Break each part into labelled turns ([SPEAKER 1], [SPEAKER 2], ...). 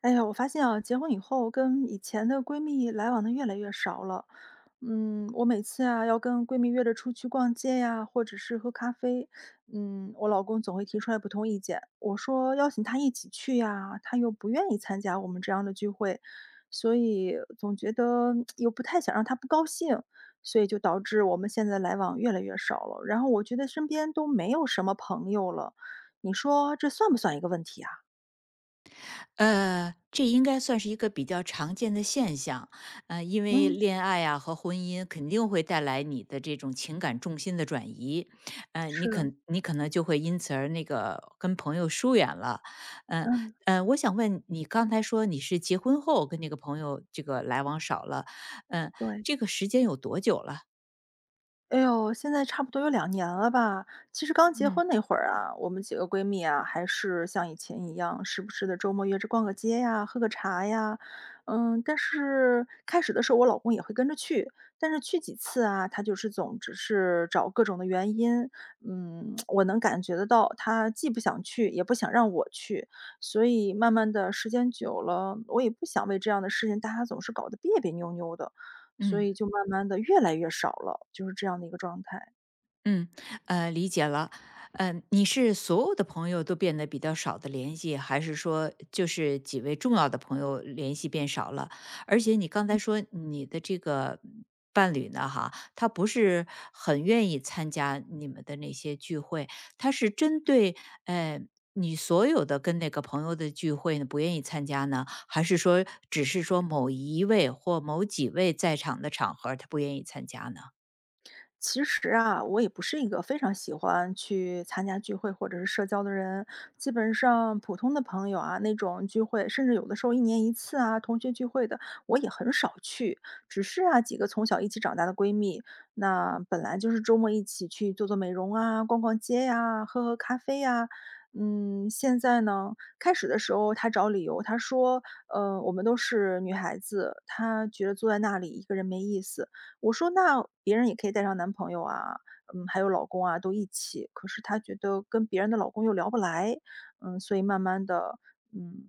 [SPEAKER 1] 哎呀，我发现啊，结婚以后跟以前的闺蜜来往的越来越少了。嗯，我每次啊要跟闺蜜约着出去逛街呀，或者是喝咖啡，嗯，我老公总会提出来不同意见。我说邀请他一起去呀，他又不愿意参加我们这样的聚会，所以总觉得又不太想让他不高兴，所以就导致我们现在来往越来越少了。然后我觉得身边都没有什么朋友了，你说这算不算一个问题啊？
[SPEAKER 2] 这应该算是一个比较常见的现象，因为
[SPEAKER 1] 嗯，
[SPEAKER 2] 恋爱啊和婚姻肯定会带来你的这种情感重心的转移，你可
[SPEAKER 1] 是，
[SPEAKER 2] 你可能就会因此而那个跟朋友疏远了。嗯。
[SPEAKER 1] 嗯。
[SPEAKER 2] 我想问你刚才说你是结婚后跟那个朋友这个来往少了，嗯。
[SPEAKER 1] 对，
[SPEAKER 2] 这个时间有多久了？
[SPEAKER 1] 哎呦，现在差不多有2年了吧。其实刚结
[SPEAKER 2] 嗯
[SPEAKER 1] 婚那会儿啊，我们几个闺蜜啊，还是像以前一样，时不时的周末约着逛个街呀，喝个茶呀。嗯，但是开始的时候我老公也会跟着去，但是去几次啊，他就是总只是找各种的原因。嗯，我能感觉得到，他既不想去，也不想让我去。所以慢慢的时间久了，我也不想为这样的事情大家总是搞得别别扭扭的。所
[SPEAKER 2] 嗯。
[SPEAKER 1] 以就慢慢的越来越少了，就是这样的一个状态。
[SPEAKER 2] 嗯，理解了。嗯。你是所有的朋友都变得比较少的联系，还是说就是几位重要的朋友联系变少了？而且你刚才说你的这个伴侣呢，哈，他不是很愿意参加你们的那些聚会，他是针对呃你所有的跟那个朋友的聚会呢不愿意参加呢，还是说只是说某一位或某几位在场的场合他不愿意参加呢？
[SPEAKER 1] 其实啊，我也不是一个非常喜欢去参加聚会或者是社交的人，基本上普通的朋友啊，那种聚会，甚至有的时候一年一次啊，同学聚会的，我也很少去。只是啊，几个从小一起长大的闺蜜，那本来就是周末一起去做做美容啊，逛逛街呀、喝喝咖啡呀、嗯，现在呢，开始的时候她找理由，她说，我们都是女孩子，她觉得坐在那里一个人没意思。我说：“那别人也可以带上男朋友啊，嗯，还有老公啊，都一起。”可是她觉得跟别人的老公又聊不来，嗯，所以慢慢的，嗯，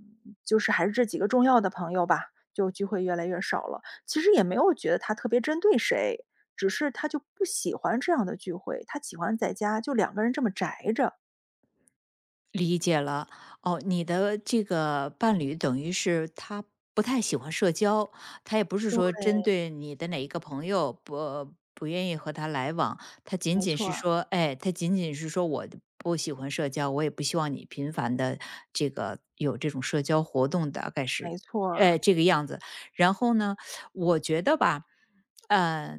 [SPEAKER 1] 就是还是这几个重要的朋友吧，就聚会越来越少了。其实也没有觉得她特别针对谁，只是她就不喜欢这样的聚会，她喜欢在家就两个人这么宅着。
[SPEAKER 2] 理解了。哦，你的这个伴侣等于是他不太喜欢社交，他也不是说
[SPEAKER 1] 对，
[SPEAKER 2] 针对你的哪一个朋友不愿意和他来往，他仅
[SPEAKER 1] 没
[SPEAKER 2] 仅
[SPEAKER 1] 错
[SPEAKER 2] 是说，哎，他仅仅是说我不喜欢社交，我也不希望你频繁的这个有这种社交活动，大概是，
[SPEAKER 1] 没错
[SPEAKER 2] 哎，这个样子。然后呢，我觉得吧，呃，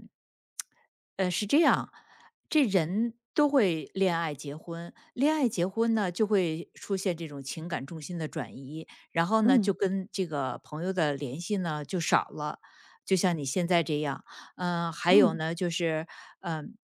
[SPEAKER 2] 是这样，这人都会恋爱、结婚，恋爱、结婚呢，就会出现这种情感重心的转移，然后呢，就
[SPEAKER 1] 嗯，
[SPEAKER 2] 跟这个朋友的联系呢就少了，就像你现在这样。还有
[SPEAKER 1] 嗯，
[SPEAKER 2] 呢，就是嗯、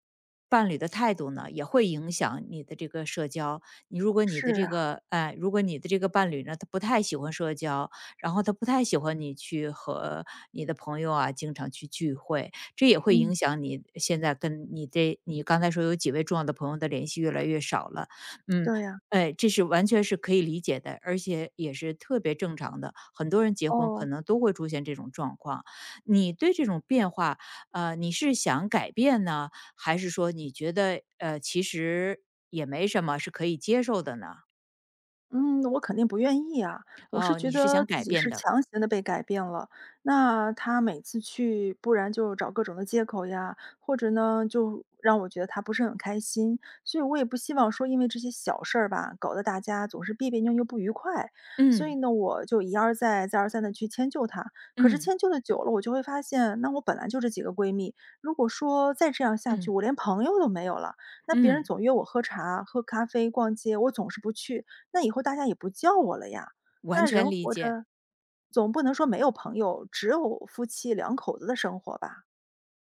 [SPEAKER 2] 伴侣的态度呢，也会影响你的这个社交。你如果你的
[SPEAKER 1] 是
[SPEAKER 2] 这
[SPEAKER 1] 啊，
[SPEAKER 2] 个，哎，如果你的这个伴侣呢，他不太喜欢社交，然后他不太喜欢你去和你的朋友啊，经常去聚会，这也会
[SPEAKER 1] 嗯，
[SPEAKER 2] 影响你现在跟你这你刚才说有几位重要的朋友的联系越来越少了。嗯。
[SPEAKER 1] 对呀，
[SPEAKER 2] 哎，这是完全是可以理解的，而且也是特别正常的。很多人结婚可
[SPEAKER 1] 哦。
[SPEAKER 2] 能都会出现这种状况。你对这种变化，你是想改变呢，还是说你觉得其实也没什么，是可以接受的呢？
[SPEAKER 1] 嗯，我肯定不愿意啊，我是
[SPEAKER 2] 哦，
[SPEAKER 1] 觉
[SPEAKER 2] 你是
[SPEAKER 1] 得
[SPEAKER 2] 想
[SPEAKER 1] 自
[SPEAKER 2] 改
[SPEAKER 1] 己
[SPEAKER 2] 变
[SPEAKER 1] 是
[SPEAKER 2] 的。
[SPEAKER 1] 强行的被改变了。那他每次去，不然就找各种的借口呀，或者呢，就让我觉得他不是很开心。所以我也不希望说因为这些小事儿吧，搞得大家总是别别扭扭、不愉快。所以
[SPEAKER 2] 嗯
[SPEAKER 1] 呢，我就一而再、再而三的去迁就他。可是
[SPEAKER 2] 嗯
[SPEAKER 1] 迁就的久了，我就会发现，那我本来就这几个闺蜜，如果说再这样下去，
[SPEAKER 2] 嗯
[SPEAKER 1] 我连朋友都没有了。那别人
[SPEAKER 2] 嗯。
[SPEAKER 1] 总约我喝茶、喝咖啡、逛街，我总是不去。那以后大家也不叫我了呀。
[SPEAKER 2] 完
[SPEAKER 1] 那
[SPEAKER 2] 全
[SPEAKER 1] 人
[SPEAKER 2] 理
[SPEAKER 1] 活
[SPEAKER 2] 解。
[SPEAKER 1] 着，总不能说没有朋友，只有夫妻两口子的生活吧？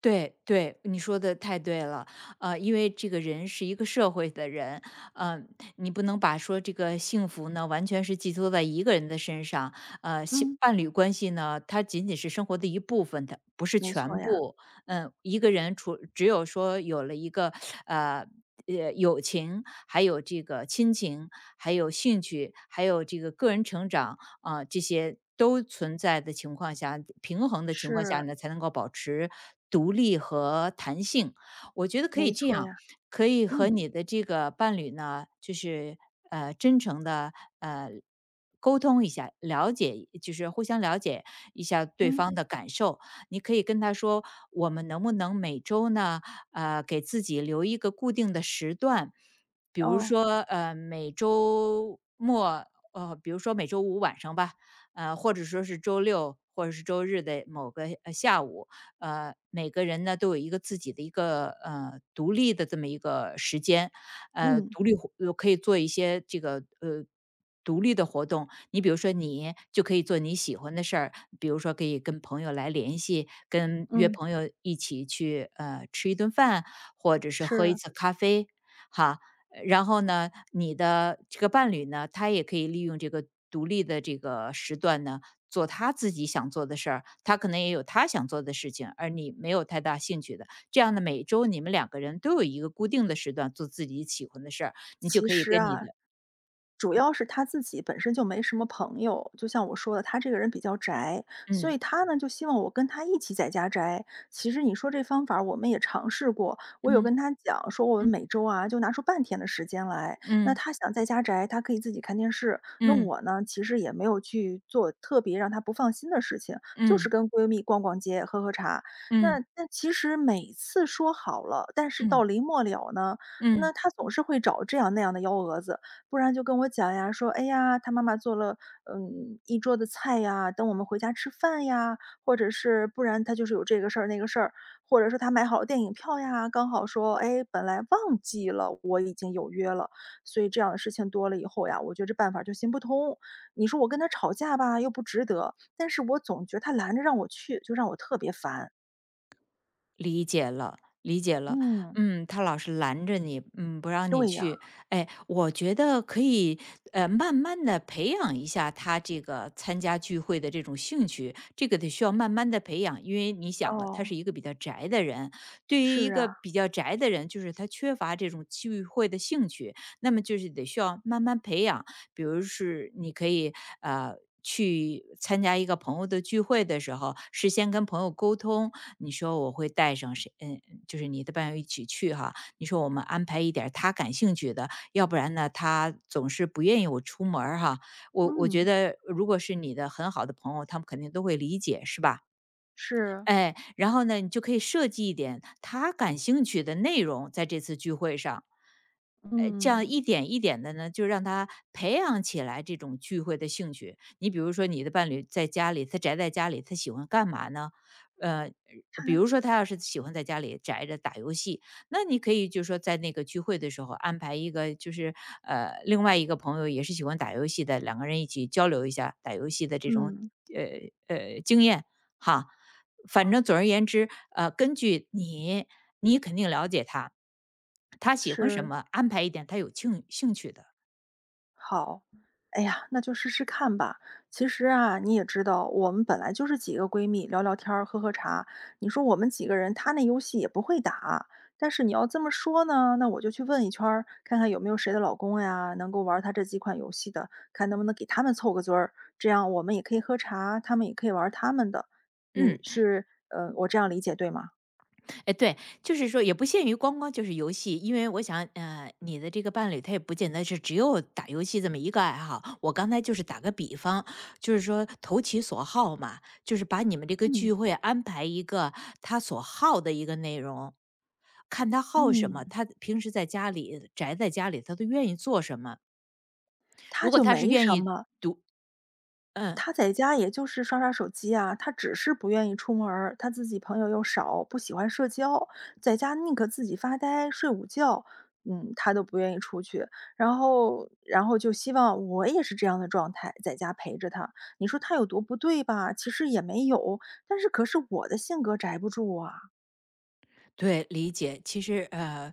[SPEAKER 2] 对对，你说的太对了，因为这个人是一个社会的人，嗯，你不能把说这个幸福呢，完全是寄托在一个人的身上，性
[SPEAKER 1] 嗯，
[SPEAKER 2] 伴侣关系呢，它仅仅是生活的一部分，它不是
[SPEAKER 1] 没错
[SPEAKER 2] 全
[SPEAKER 1] 呀，
[SPEAKER 2] 部。嗯。一个人除只有说有了一个呃。友情，还有这个亲情，还有兴趣，还有这个个人成长，啊，这些都存在的情况下，平衡的情况下
[SPEAKER 1] 是，
[SPEAKER 2] 呢，才能够保持独立和弹性。我觉得可以
[SPEAKER 1] 没
[SPEAKER 2] 这
[SPEAKER 1] 错
[SPEAKER 2] 样，
[SPEAKER 1] 呀，
[SPEAKER 2] 可以和
[SPEAKER 1] 嗯，
[SPEAKER 2] 你的这个伴侣呢，就是真诚的呃。沟通一下，了解就是互相了解一下对
[SPEAKER 1] 嗯，
[SPEAKER 2] 方的感受。你可以跟他说，我们能不能每周呢，给自己留一个固定的时段，比如
[SPEAKER 1] 哦，
[SPEAKER 2] 说呃每周末比如说每周五晚上吧，或者说是周六或者是周日的某个下午，每个人呢都有一个自己的一个独立的这么一个时间，呃，
[SPEAKER 1] 嗯，
[SPEAKER 2] 独立活呃可以做一些这个独立的活动。你比如说，你就可以做你喜欢的事儿，比如说可以跟朋友来联系，跟约
[SPEAKER 1] 嗯，
[SPEAKER 2] 朋友一起去吃一顿饭，或者是喝一
[SPEAKER 1] 是。
[SPEAKER 2] 次咖啡。哈，然后呢，你的这个伴侣呢，他也可以利用这个独立的这个时段呢，做他自己想做的事儿，他可能也有他想做的事情，而你没有太大兴趣的，这样呢，每周你们两个人都有一个固定的时段做自己喜欢的事儿，你就
[SPEAKER 1] 其
[SPEAKER 2] 可以
[SPEAKER 1] 实
[SPEAKER 2] 跟你
[SPEAKER 1] 啊
[SPEAKER 2] 的
[SPEAKER 1] 主要是他自己本身就没什么朋友，就像我说的，他这个人比较宅，所以他呢就希望我跟他一起在家宅。其实你说这方法儿我们也尝试过，我有
[SPEAKER 2] 嗯
[SPEAKER 1] 跟他讲说我们
[SPEAKER 2] 嗯
[SPEAKER 1] 每周啊就拿出半天的时间来，那
[SPEAKER 2] 嗯
[SPEAKER 1] 他想在家宅，他可以自己看电视。那
[SPEAKER 2] 嗯嗯
[SPEAKER 1] 我呢，其实也没有去做特别让他不放心的事情，就是
[SPEAKER 2] 嗯
[SPEAKER 1] 跟闺蜜逛逛街、喝喝茶。
[SPEAKER 2] 嗯
[SPEAKER 1] 那
[SPEAKER 2] 嗯
[SPEAKER 1] 那其实每次说好了，但是到
[SPEAKER 2] 嗯
[SPEAKER 1] 临末了呢，
[SPEAKER 2] 嗯。
[SPEAKER 1] 那他总是会找这样那样的幺蛾子。不然就跟我讲呀，说：“哎呀，他妈妈做了，嗯，一桌的菜呀，等我们回家吃饭呀。”或者是不然他就是有这个事儿那个事儿，或者说他买好了电影票呀，刚好说：“哎，本来忘记了我已经有约了。”所以这样的事情多了以后呀，我觉得这办法就行不通。你说我跟他吵架吧，又不值得，但是我总觉得他拦着让我去，就让我特别烦。
[SPEAKER 2] 理解了，理解了。
[SPEAKER 1] 嗯，
[SPEAKER 2] 嗯，他老是拦着你，不让你
[SPEAKER 1] 对呀，
[SPEAKER 2] 去。哎，我觉得可以，慢慢的培养一下他这个参加聚会的这种兴趣，这个得需要慢慢的培养，因为你想了，他
[SPEAKER 1] 哦，
[SPEAKER 2] 是一个比较宅的人，对于一
[SPEAKER 1] 是啊，
[SPEAKER 2] 个比较宅的人，就是他缺乏这种聚会的兴趣，那么就是得需要慢慢培养。比如是你可以呃去参加一个朋友的聚会的时候，事先跟朋友沟通，你说我会带上谁，嗯，就是你的伴友一起去哈。你说我们安排一点儿他感兴趣的，要不然呢，他总是不愿意我出门儿哈。我觉
[SPEAKER 1] 嗯，
[SPEAKER 2] 得如果是你的很好的朋友，他们肯定都会理解，是吧？
[SPEAKER 1] 是，
[SPEAKER 2] 哎，然后呢，你就可以设计一点他感兴趣的内容在这次聚会上，这样
[SPEAKER 1] 嗯，
[SPEAKER 2] 一点一点的呢，就让他培养起来这种聚会的兴趣。你比如说，你的伴侣在家里，他宅在家里，他喜欢干嘛呢？呃，
[SPEAKER 1] 看
[SPEAKER 2] 比
[SPEAKER 1] 来
[SPEAKER 2] 如说他要是喜欢在家里宅着打游戏，那你可以就是说在那个聚会的时候安排一个，就是另外一个朋友也是喜欢打游戏的，两个人一起交流一下打游戏的这种
[SPEAKER 1] 嗯，
[SPEAKER 2] 经验哈。反
[SPEAKER 1] 好。
[SPEAKER 2] 正总而言之，根据你，你肯定了解他，他喜欢什
[SPEAKER 1] 是，
[SPEAKER 2] 么，安排一点他有兴趣的。
[SPEAKER 1] 好。哎呀，那就试试看吧。其实啊，你也知道，我们本来就是几个闺蜜聊聊天儿喝喝茶。你说我们几个人，她那游戏也不会打。但是你要这么说呢，那我就去问一圈儿，看看有没有谁的老公呀，能够玩儿她这几款游戏的，看能不能给他们凑个堆儿。这样我们也可以喝茶，他们也可以玩儿他们的。
[SPEAKER 2] 嗯，
[SPEAKER 1] 你是，我这样理解对吗？
[SPEAKER 2] 哎，对，就是说也不限于光光就是游戏，因为我想，你的这个伴侣他也不见得是只有打游戏这么一个爱好。我刚才就是打个比方，就是说投其所好嘛，就是把你们这个
[SPEAKER 1] 嗯
[SPEAKER 2] 聚会安排一个他所好的一个内容，看他好什
[SPEAKER 1] 嗯。
[SPEAKER 2] 么，他平时在家里宅在家里，他都愿意做什么。
[SPEAKER 1] 他
[SPEAKER 2] 如果
[SPEAKER 1] 就
[SPEAKER 2] 他是
[SPEAKER 1] 没
[SPEAKER 2] 愿
[SPEAKER 1] 什
[SPEAKER 2] 意。
[SPEAKER 1] 么。
[SPEAKER 2] 嗯，
[SPEAKER 1] 他在家也就是刷刷手机啊，他只是不愿意出门儿，他自己朋友又少，不喜欢社交，在家宁可自己发呆、睡午觉，嗯，他都不愿意出去。然后就希望我也是这样的状态，在家陪着他。你说他有多不对吧？其实也没有，但是可是我的性格宅不住啊，
[SPEAKER 2] 对，理解。其实，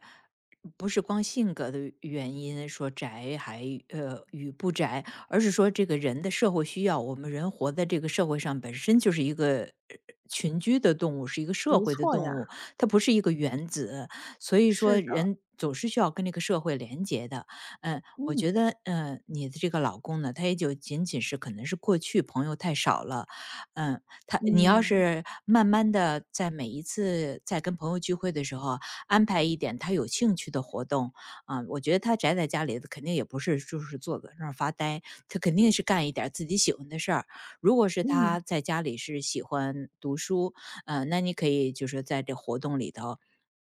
[SPEAKER 2] 不是光性格的原因，说宅还与不宅，而是说这个人的社会需要。我们人活在这个社会上，本身就是一个呃群居的动物，是一个社
[SPEAKER 1] 没
[SPEAKER 2] 会的
[SPEAKER 1] 错
[SPEAKER 2] 动物，
[SPEAKER 1] 呀，
[SPEAKER 2] 它不是一个原子。所以
[SPEAKER 1] 是
[SPEAKER 2] 说，
[SPEAKER 1] 的，
[SPEAKER 2] 人总是需要跟这个社会连接的。嗯，我觉
[SPEAKER 1] 嗯
[SPEAKER 2] 得，你的这个老公呢，他也就仅仅是可能是过去朋友太少了。嗯。你要
[SPEAKER 1] 嗯
[SPEAKER 2] 是慢慢的在每一次在跟朋友聚会的时候，安排一点他有兴趣的活动，啊，我觉得他宅在家里肯定也不是就是坐在那儿发呆，他肯定是干一点儿自己喜欢的事儿。如果是
[SPEAKER 1] 嗯
[SPEAKER 2] 他在家里是喜欢读书，嗯，那你可以就是在这活动里头，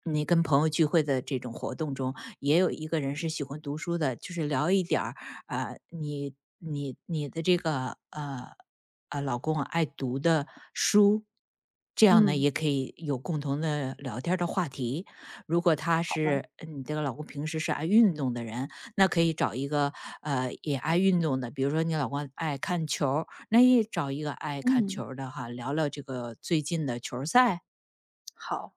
[SPEAKER 2] 你跟朋友聚会的这种活动中，也有一个人是喜欢读书的，就是聊一点儿啊，你的这个老公啊爱读的书，这样呢
[SPEAKER 1] 嗯，
[SPEAKER 2] 也可以有共同的聊天儿的话题。如果他
[SPEAKER 1] 好吧，
[SPEAKER 2] 是你这个老公平时是爱运动的人，那可以找一个也爱运动的，比如说你老公爱看球儿那也找一个爱看
[SPEAKER 1] 嗯。
[SPEAKER 2] 球儿的哈，聊聊这个最近的球儿赛。
[SPEAKER 1] 好，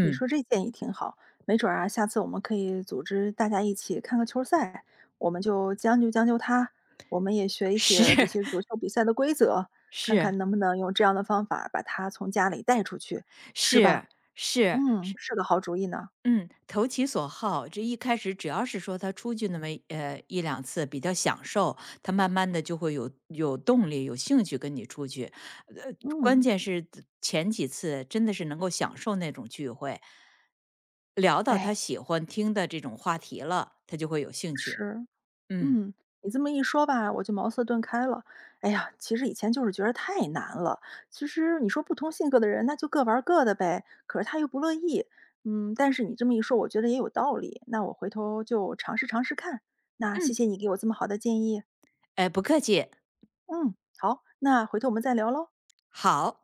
[SPEAKER 1] 你说这建议挺好，没准儿啊，下次我们可以组织大家一起看个球赛，我们就将就将就他，我们也学一
[SPEAKER 2] 是
[SPEAKER 1] 学这些足 球比赛的规则，看
[SPEAKER 2] 是
[SPEAKER 1] 看能不能用这样的方法把他从家里带出去，是吧？
[SPEAKER 2] 是是，
[SPEAKER 1] 嗯，是个好主意呢。
[SPEAKER 2] 嗯，投其所好，这一开始只要是说他出去那么一两次比较享受，他慢慢的就会有动力、有兴趣跟你出去。呃，关
[SPEAKER 1] 嗯，
[SPEAKER 2] 键是前几次真的是能够享受那种聚会，聊到他
[SPEAKER 1] 哎，
[SPEAKER 2] 喜欢听的这种话题了，他就会有兴趣。
[SPEAKER 1] 是。
[SPEAKER 2] 嗯
[SPEAKER 1] 嗯，你这么一说吧，我就茅塞顿开了。哎呀，其实以前就是觉得太难了。其实你说不同性格的人，那就各玩儿各的呗。可是他又不乐意，嗯，但是你这么一说，我觉得也有道理。那我回头就尝试尝试看。那谢
[SPEAKER 2] 嗯，
[SPEAKER 1] 谢你给我这么好的建议。
[SPEAKER 2] 哎，不客气，
[SPEAKER 1] 嗯，好，那回头我们再聊喽。
[SPEAKER 2] 好。